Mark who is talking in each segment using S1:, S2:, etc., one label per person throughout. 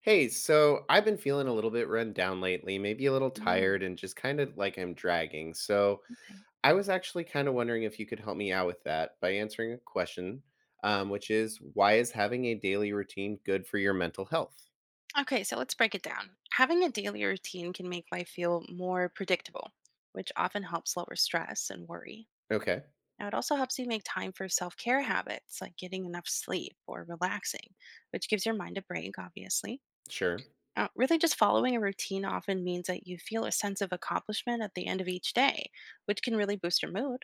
S1: Hey, so I've been feeling a little bit run down lately, maybe a little tired
S2: Mm,
S1: and just kind of like I'm dragging. So
S2: okay.
S1: I was actually kind of wondering if you could help me out with that by answering a question, which is why is having a daily routine good for your mental health?
S2: Okay, so let's break it down. Having a daily routine can make life feel more predictable, which often helps lower stress and worry.
S1: Okay,
S2: Now, it also helps you make time for self care habits like getting enough sleep or relaxing, which gives your mind a break, obviously.
S1: sure.
S2: Now, really, just following a routine often means that you feel a sense of accomplishment at the end of each day, which can really boost your mood.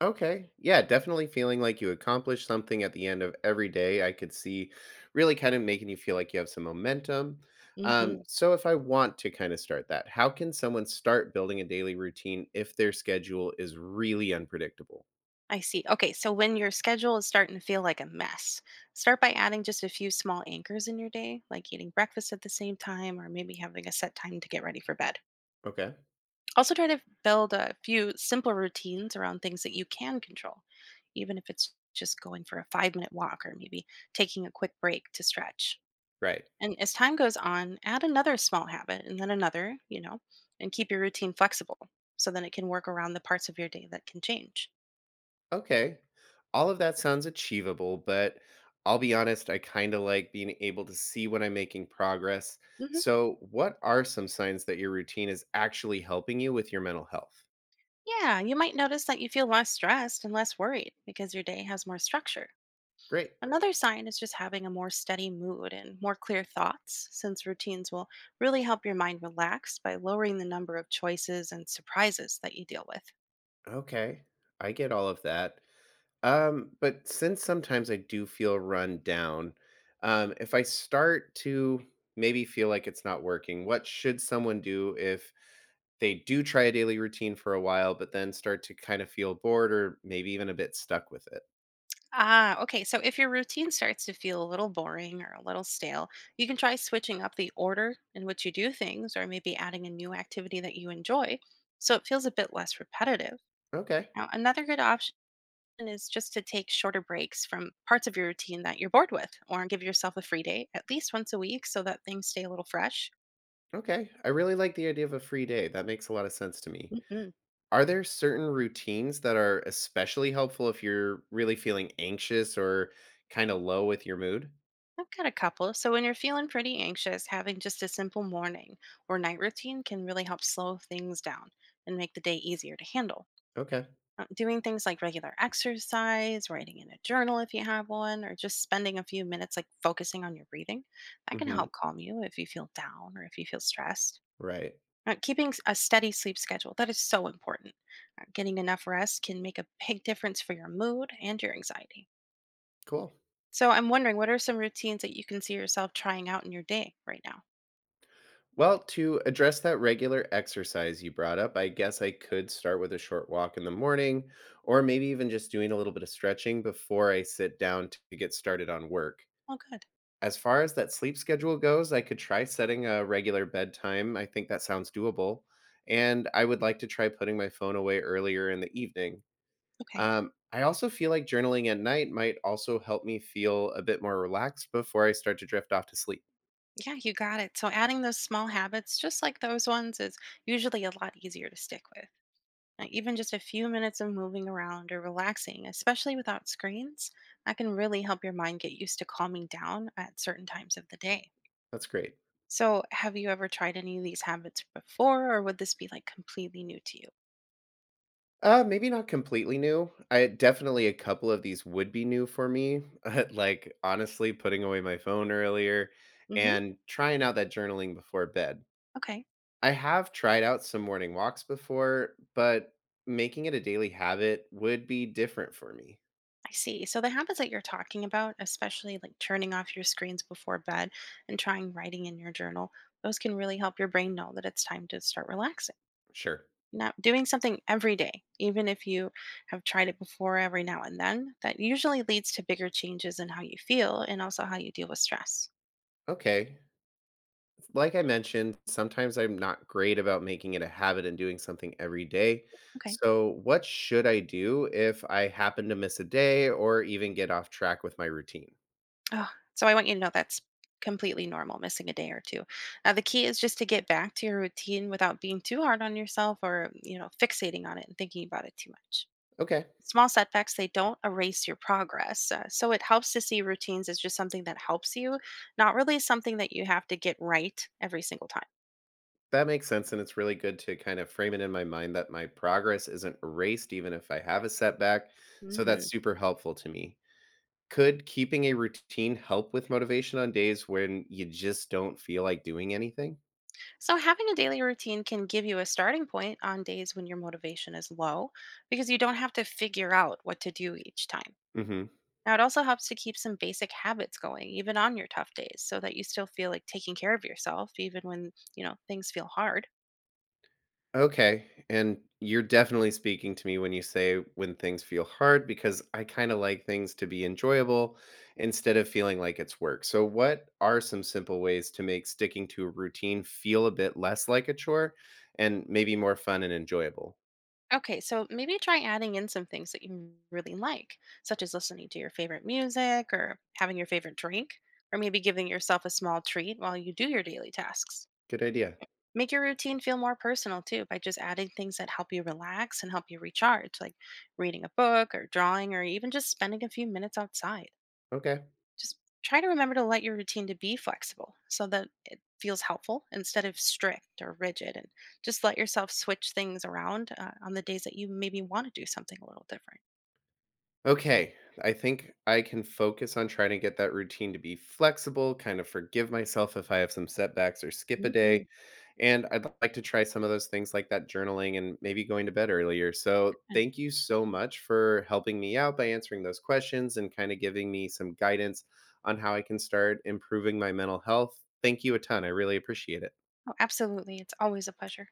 S1: Okay, yeah, definitely feeling like you accomplished something at the end of every day. I could see really kind of making you feel like you have some momentum. Um,
S2: Hmm.
S1: so, if I want to kind of start that, how can someone start building a daily routine if their schedule is really unpredictable?
S2: I see. Okay, so when your schedule is starting to feel like a mess, start by adding just a few small anchors in your day, like eating breakfast at the same time or maybe having a set time to get ready for bed.
S1: Okay.
S2: Also, try to build a few simple routines around things that you can control, even if it's just going for a 5 minute walk or maybe taking a quick break to stretch.
S1: Right.
S2: And as time goes on, add another small habit and then another, you know, and keep your routine flexible so then it can work around the parts of your day that can change.
S1: Okay, all of that sounds achievable, but I'll be honest, I kind of like being able to see when I'm making progress.
S2: Mhm.
S1: So, what are some signs that your routine is actually helping you with your mental health?
S2: Yeah, you might notice that you feel less stressed and less worried because your day has more structure.
S1: Great.
S2: Another sign is just having a more steady mood and more clear thoughts, since routines will really help your mind relax by lowering the number of choices and surprises that you deal with.
S1: Okay, I get all of that. But since sometimes I do feel run down, if I start to maybe feel like it's not working, what should someone do if they do try a daily routine for a while, but then start to kind of feel bored or maybe even a bit stuck with it?
S2: Ah, okay. So if your routine starts to feel a little boring or a little stale, you can try switching up the order in which you do things or maybe adding a new activity that you enjoy so it feels a bit less repetitive.
S1: Okay,
S2: Now, another good option is just to take shorter breaks from parts of your routine that you're bored with, or give yourself a free day at least once a week so that things stay a little fresh.
S1: okay. I really like the idea of a free day. That makes a lot of sense to me.
S2: Hmm.
S1: Are there certain routines that are especially helpful if you're really feeling anxious or kind of low with your mood?
S2: I've got a couple. So, when you're feeling pretty anxious, having just a simple morning or night routine can really help slow things down and make the day easier to handle.
S1: Okay.
S2: Doing things like regular exercise, writing in a journal if you have one, or just spending a few minutes like focusing on your breathing, that can
S1: Mm-hmm.
S2: help calm you if you feel down or if you feel stressed.
S1: Right.
S2: Keeping a steady sleep schedule, that is so important. Getting enough rest can make a big difference for your mood and your anxiety.
S1: Cool.
S2: So I'm wondering, what are some routines that you can see yourself trying out in your day right now?
S1: Well, to address that regular exercise you brought up, I guess I could start with a short walk in the morning or maybe even just doing a little bit of stretching before I sit down to get started on work.
S2: Oh, good.
S1: As far as that sleep schedule goes, I could try setting a regular bedtime. I think that sounds doable. And I would like to try putting my phone away earlier in the evening.
S2: Okay.
S1: I also feel like journaling at night might also help me feel a bit more relaxed before I start to drift off to sleep.
S2: Yeah, you got it. So adding those small habits, just like those ones, is usually a lot easier to stick with. Even just a few minutes of moving around or relaxing, especially without screens, that can really help your mind get used to calming down at certain times of the day.
S1: That's great.
S2: So, have you ever tried any of these habits before, or would this be like completely new to you?
S1: Maybe not completely new. I definitely a couple of these would be new for me. Like honestly, putting away my phone earlier
S2: Hmm.
S1: and trying out that journaling before bed.
S2: Okay,
S1: I have tried out some morning walks before, but making it a daily habit would be different for me.
S2: I see. So, the habits that you're talking about, especially like turning off your screens before bed and trying writing in your journal, those can really help your brain know that it's time to start relaxing.
S1: Sure.
S2: Now, doing something every day, even if you have tried it before every now and then, that usually leads to bigger changes in how you feel and also how you deal with stress.
S1: Okay. Like I mentioned, sometimes I'm not great about making it a habit and doing something every day.
S2: Okay.
S1: So, what should I do if I happen to miss a day or even get off track with my routine?
S2: Oh, so I want you to know that's completely normal, missing a day or two. Now, the key is just to get back to your routine without being too hard on yourself or, you know, fixating on it and thinking about it too much.
S1: Okay.
S2: Small setbacks, they don't erase your progress. So it helps to see routines as just something that helps you, not really something that you have to get right every single time.
S1: That makes sense. And it's really good to kind of frame it in my mind that my progress isn't erased, even if I have a setback. So that's
S2: Hmm.
S1: super helpful to me. Could keeping a routine help with motivation on days when you just don't feel like doing anything?
S2: So, having a daily routine can give you a starting point on days when your motivation is low because you don't have to figure out what to do each time.
S1: Hmm.
S2: Now, it also helps to keep some basic habits going, even on your tough days, so that you still feel like taking care of yourself, even when, you know, things feel hard.
S1: Okay. And you're definitely speaking to me when you say when things feel hard because I kind of like things to be enjoyable instead of feeling like it's work. So, what are some simple ways to make sticking to a routine feel a bit less like a chore and maybe more fun and enjoyable?
S2: Okay, so maybe try adding in some things that you really like, such as listening to your favorite music or having your favorite drink, or maybe giving yourself a small treat while you do your daily tasks.
S1: Good idea.
S2: Make your routine feel more personal too by just adding things that help you relax and help you recharge, like reading a book or drawing or even just spending a few minutes outside.
S1: Okay.
S2: Just try to remember to let your routine to be flexible so that it feels helpful instead of strict or rigid and just let yourself switch things around on the days that you maybe want to do something a little different.
S1: Okay, I think I can focus on trying to get that routine to be flexible, kind of forgive myself if I have some setbacks or skip a day,
S2: Hmm.
S1: and I'd like to try some of those things like that journaling and maybe going to bed earlier. So,
S2: And,
S1: thank you so much for helping me out by answering those questions and kind of giving me some guidance on how I can start improving my mental health. Thank you a ton. I really appreciate it.
S2: oh, absolutely. It's always a pleasure.